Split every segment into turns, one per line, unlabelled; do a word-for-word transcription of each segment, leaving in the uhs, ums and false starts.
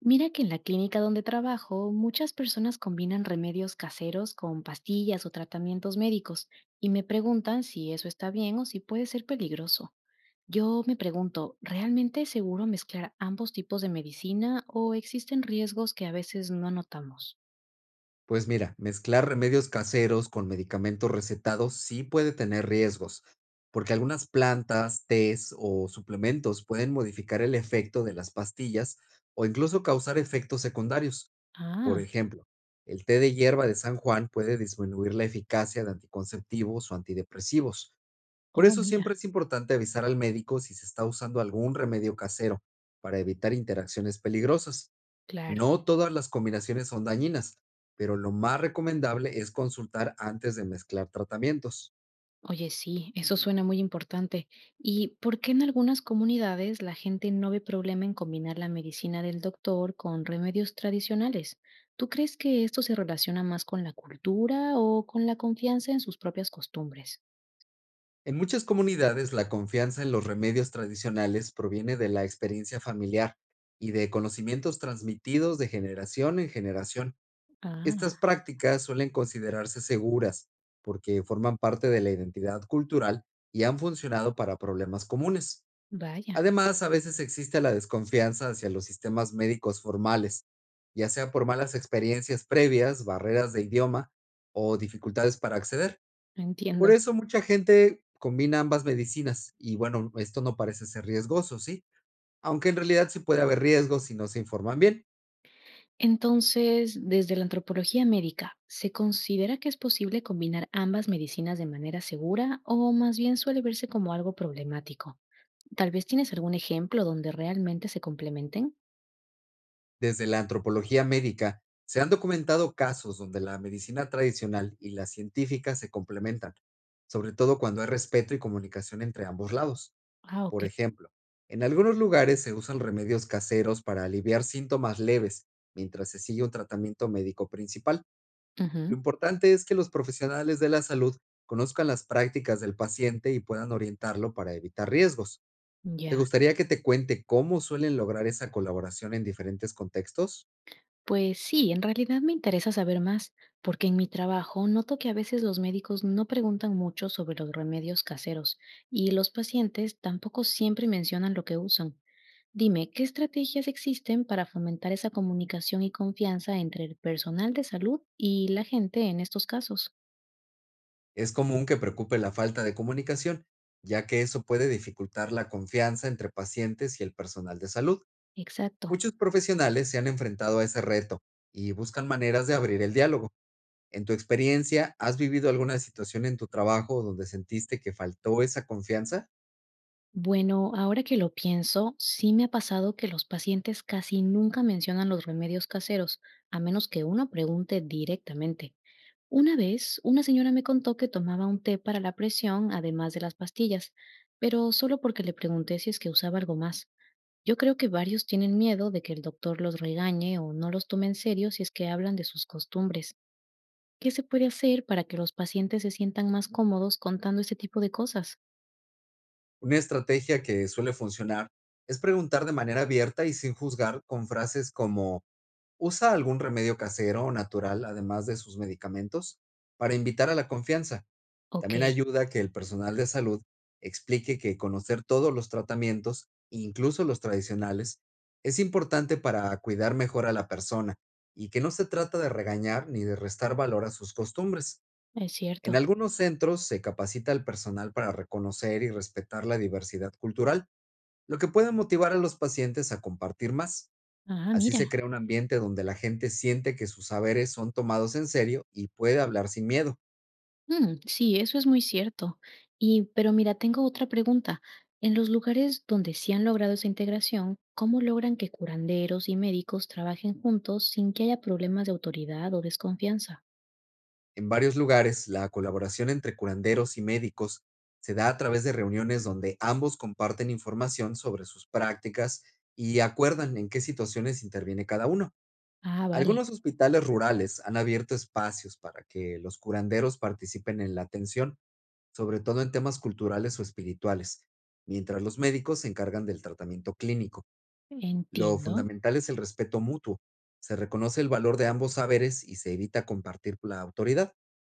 Mira que en la clínica donde trabajo, muchas personas combinan remedios caseros con pastillas o tratamientos médicos y me preguntan si eso está bien o si puede ser peligroso. Yo me pregunto, ¿realmente es seguro mezclar ambos tipos de medicina o existen riesgos que a veces no notamos?
Pues mira, mezclar remedios caseros con medicamentos recetados sí puede tener riesgos, porque algunas plantas, tés o suplementos pueden modificar el efecto de las pastillas o incluso causar efectos secundarios. Por
Ah,
ejemplo, el té de hierba de San Juan puede disminuir la eficacia de anticonceptivos o antidepresivos. Por
oh,
eso
mira,
siempre es importante avisar al médico si se está usando algún remedio casero para evitar interacciones peligrosas.
claro.
No todas las combinaciones son dañinas, pero lo más recomendable es consultar antes de mezclar tratamientos.
Oye, sí, eso suena muy importante. ¿Y por qué en algunas comunidades la gente no ve problema en combinar la medicina del doctor con remedios tradicionales? ¿Tú crees que esto se relaciona más con la cultura o con la confianza en sus propias costumbres?
En muchas comunidades, la confianza en los remedios tradicionales proviene de la experiencia familiar y de conocimientos transmitidos de generación en generación.
Ah,
Estas prácticas suelen considerarse seguras porque forman parte de la identidad cultural y han funcionado para problemas comunes.
vaya,
Además, a veces existe la desconfianza hacia los sistemas médicos formales, ya sea por malas experiencias previas, barreras de idioma o dificultades para acceder.
entiendo.
Por eso mucha gente combina ambas medicinas y bueno, esto no parece ser riesgoso, ¿sí? Aunque en realidad sí puede haber riesgos si no se informan bien.
Entonces, desde la antropología médica, ¿se considera que es posible combinar ambas medicinas de manera segura o más bien suele verse como algo problemático? Tal vez tienes algún ejemplo donde realmente se complementen.
Desde la antropología médica se han documentado casos donde la medicina tradicional y la científica se complementan, sobre todo cuando hay respeto y comunicación entre ambos lados.
Ah,
Por
okey.
ejemplo, en algunos lugares se usan remedios caseros para aliviar síntomas leves, mientras se sigue un tratamiento médico principal. Lo
Ujú,
importante es que los profesionales de la salud conozcan las prácticas del paciente y puedan orientarlo para evitar riesgos. ¿Te
ya.
gustaría que te cuente cómo suelen lograr esa colaboración en diferentes contextos?
Pues sí, en realidad me interesa saber más, porque en mi trabajo noto que a veces los médicos no preguntan mucho sobre los remedios caseros y los pacientes tampoco siempre mencionan lo que usan. Dime, ¿qué estrategias existen para fomentar esa comunicación y confianza entre el personal de salud y la gente en estos casos?
Es común que preocupe la falta de comunicación, ya que eso puede dificultar la confianza entre pacientes y el personal de salud.
Exacto.
Muchos profesionales se han enfrentado a ese reto y buscan maneras de abrir el diálogo. En tu experiencia, ¿has vivido alguna situación en tu trabajo donde sentiste que faltó esa confianza?
Bueno, ahora que lo pienso, sí me ha pasado que los pacientes casi nunca mencionan los remedios caseros, a menos que uno pregunte directamente. Una vez, una señora me contó que tomaba un té para la presión, además de las pastillas, pero solo porque le pregunté si es que usaba algo más. Yo creo que varios tienen miedo de que el doctor los regañe o no los tome en serio si es que hablan de sus costumbres. ¿Qué se puede hacer para que los pacientes se sientan más cómodos contando este tipo de cosas?
Una estrategia que suele funcionar es preguntar de manera abierta y sin juzgar con frases como ¿usa algún remedio casero o natural además de sus medicamentos?, para invitar a la confianza.
Ok,
También ayuda que el personal de salud explique que conocer todos los tratamientos, incluso los tradicionales, es importante para cuidar mejor a la persona y que no se trata de regañar ni de restar valor a sus costumbres.
es
En
cierto.
algunos centros se capacita al personal para reconocer y respetar la diversidad cultural, lo que puede motivar a los pacientes a compartir más.
Ah,
Así
mira.
se crea un ambiente donde la gente siente que sus saberes son tomados en serio y puede hablar sin miedo.
Mm, sí, eso es muy cierto. Y, pero mira, tengo otra pregunta. En los lugares donde sí han logrado esa integración, ¿cómo logran que curanderos y médicos trabajen juntos sin que haya problemas de autoridad o desconfianza?
En varios lugares, la colaboración entre curanderos y médicos se da a través de reuniones donde ambos comparten información sobre sus prácticas y acuerdan en qué situaciones interviene cada uno.
Ah, vale,
Algunos hospitales rurales han abierto espacios para que los curanderos participen en la atención, sobre todo en temas culturales o espirituales, mientras los médicos se encargan del tratamiento clínico. Lo
entiendo.
fundamental es el respeto mutuo. Se reconoce el valor de ambos saberes y se evita compartir la autoridad.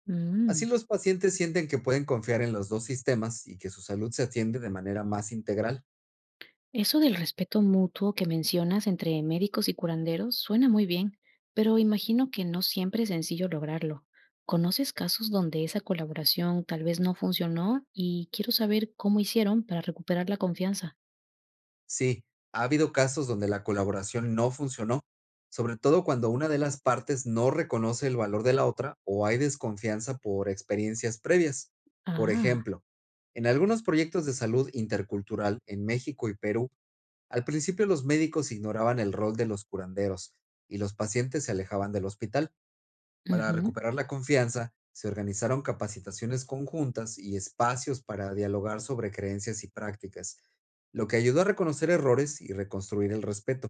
Mm.
Así los pacientes sienten que pueden confiar en los dos sistemas y que su salud se atiende de manera más integral.
Eso del respeto mutuo que mencionas entre médicos y curanderos suena muy bien, pero imagino que no siempre es sencillo lograrlo. ¿Conoces casos donde esa colaboración tal vez no funcionó y quiero saber cómo hicieron para recuperar la confianza?
Sí, ha habido casos donde la colaboración no funcionó, sobre todo cuando una de las partes no reconoce el valor de la otra o hay desconfianza por experiencias previas. Por
Ah,
ejemplo, en algunos proyectos de salud intercultural en México y Perú, al principio los médicos ignoraban el rol de los curanderos y los pacientes se alejaban del hospital. Para
ujú.
recuperar la confianza, se organizaron capacitaciones conjuntas y espacios para dialogar sobre creencias y prácticas, lo que ayudó a reconocer errores y reconstruir el respeto.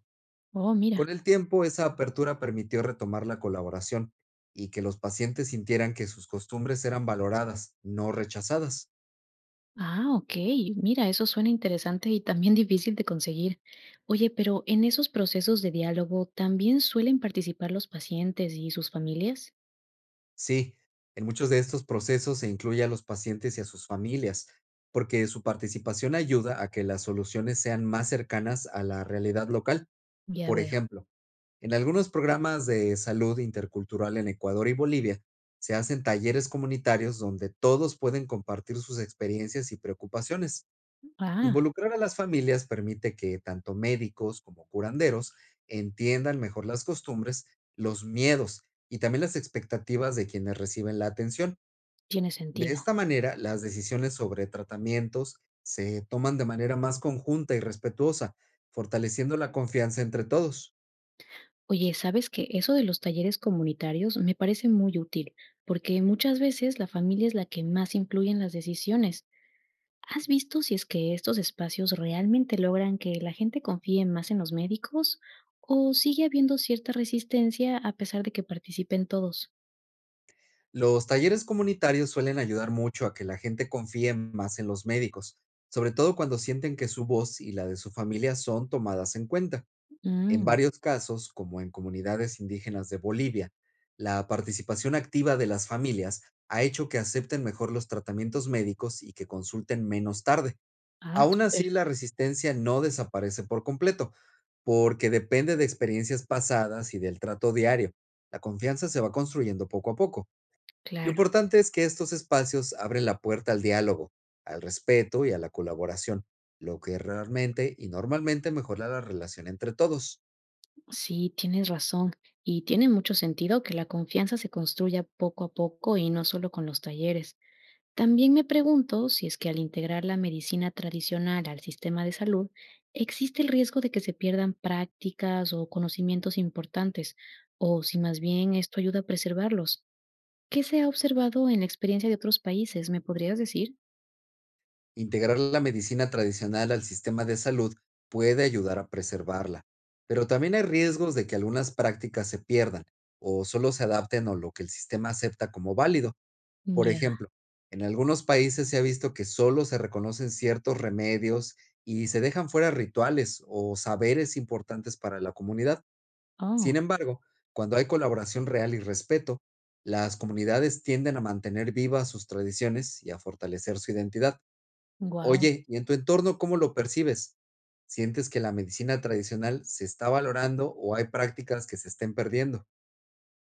Oh, mira.
Con el tiempo, esa apertura permitió retomar la colaboración y que los pacientes sintieran que sus costumbres eran valoradas, no rechazadas.
Ah, ok. Mira, eso suena interesante y también difícil de conseguir. Oye, pero en esos procesos de diálogo también suelen participar los pacientes y sus familias.
Sí, en muchos de estos procesos se incluye a los pacientes y a sus familias, porque su participación ayuda a que las soluciones sean más cercanas a la realidad local.
Ya
Por
veo.
ejemplo, en algunos programas de salud intercultural en Ecuador y Bolivia se hacen talleres comunitarios donde todos pueden compartir sus experiencias y preocupaciones.
Ah,
Involucrar a las familias permite que tanto médicos como curanderos entiendan mejor las costumbres, los miedos y también las expectativas de quienes reciben la atención.
tiene
De
sentido.
esta manera, las decisiones sobre tratamientos se toman de manera más conjunta y respetuosa, fortaleciendo la confianza entre todos.
Oye, ¿sabes que Eso de los talleres comunitarios me parece muy útil, porque muchas veces la familia es la que más influye en las decisiones. ¿Has visto si es que estos espacios realmente logran que la gente confíe más en los médicos o sigue habiendo cierta resistencia a pesar de que participen todos?
Los talleres comunitarios suelen ayudar mucho a que la gente confíe más en los médicos, sobre todo cuando sienten que su voz y la de su familia son tomadas en cuenta. En
Mm,
varios casos, como en comunidades indígenas de Bolivia, la participación activa de las familias ha hecho que acepten mejor los tratamientos médicos y que consulten menos tarde.
ah,
Aún
súper.
así, la resistencia no desaparece por completo, porque depende de experiencias pasadas y del trato diario. La confianza se va construyendo poco a poco. Lo
Claro,
importante es que estos espacios abren la puerta al diálogo, al respeto y a la colaboración, lo que realmente y normalmente mejora la relación entre todos.
sí, tienes razón. Y tiene mucho sentido que la confianza se construya poco a poco y no solo con los talleres. También me pregunto si es que al integrar la medicina tradicional al sistema de salud, existe el riesgo de que se pierdan prácticas o conocimientos importantes, o si más bien esto ayuda a preservarlos. ¿Qué se ha observado en la experiencia de otros países? ¿Me podrías decir?
Integrar la medicina tradicional al sistema de salud puede ayudar a preservarla, pero también hay riesgos de que algunas prácticas se pierdan o solo se adapten a lo que el sistema acepta como válido. Por
Ya.
ejemplo, en algunos países se ha visto que solo se reconocen ciertos remedios y se dejan fuera rituales o saberes importantes para la comunidad.
Oh,
Sin embargo, cuando hay colaboración real y respeto, las comunidades tienden a mantener vivas sus tradiciones y a fortalecer su identidad.
wow.
Oye, ¿y en tu entorno cómo lo percibes? ¿Sientes que la medicina tradicional se está valorando o hay prácticas que se estén perdiendo?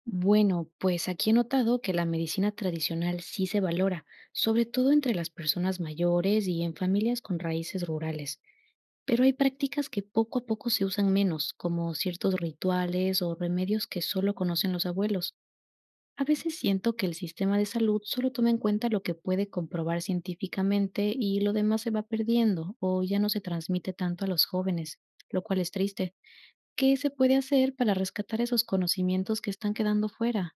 Bueno, pues aquí he notado que la medicina tradicional sí se valora, sobre todo entre las personas mayores y en familias con raíces rurales. Pero hay prácticas que poco a poco se usan menos, como ciertos rituales o remedios que solo conocen los abuelos. A veces siento que el sistema de salud solo toma en cuenta lo que puede comprobar científicamente y lo demás se va perdiendo o ya no se transmite tanto a los jóvenes, lo cual es triste. ¿Qué se puede hacer para rescatar esos conocimientos que están quedando fuera?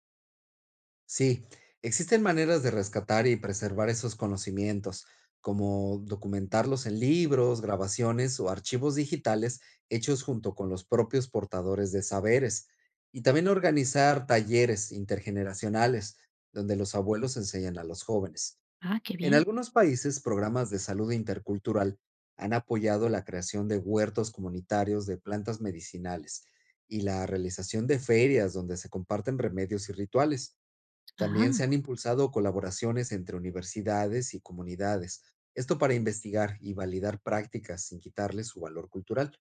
Sí, existen maneras de rescatar y preservar esos conocimientos, como documentarlos en libros, grabaciones o archivos digitales hechos junto con los propios portadores de saberes, y también organizar talleres intergeneracionales donde los abuelos enseñan a los jóvenes.
Ah, qué
En
bien.
algunos países, programas de salud intercultural han apoyado la creación de huertos comunitarios de plantas medicinales y la realización de ferias donde se comparten remedios y rituales. También se
Ah,
han impulsado colaboraciones entre universidades y comunidades, esto para investigar y validar prácticas sin quitarle su valor cultural.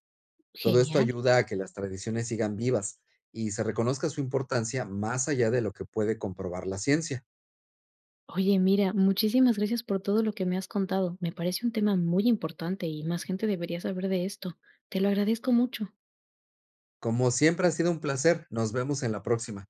Todo esto
genial.
ayuda a que las tradiciones sigan vivas y se reconozca su importancia más allá de lo que puede comprobar la ciencia.
Oye, mira, muchísimas gracias por todo lo que me has contado. Me parece un tema muy importante y más gente debería saber de esto. Te lo agradezco mucho.
Como siempre ha sido un placer, nos vemos en la próxima.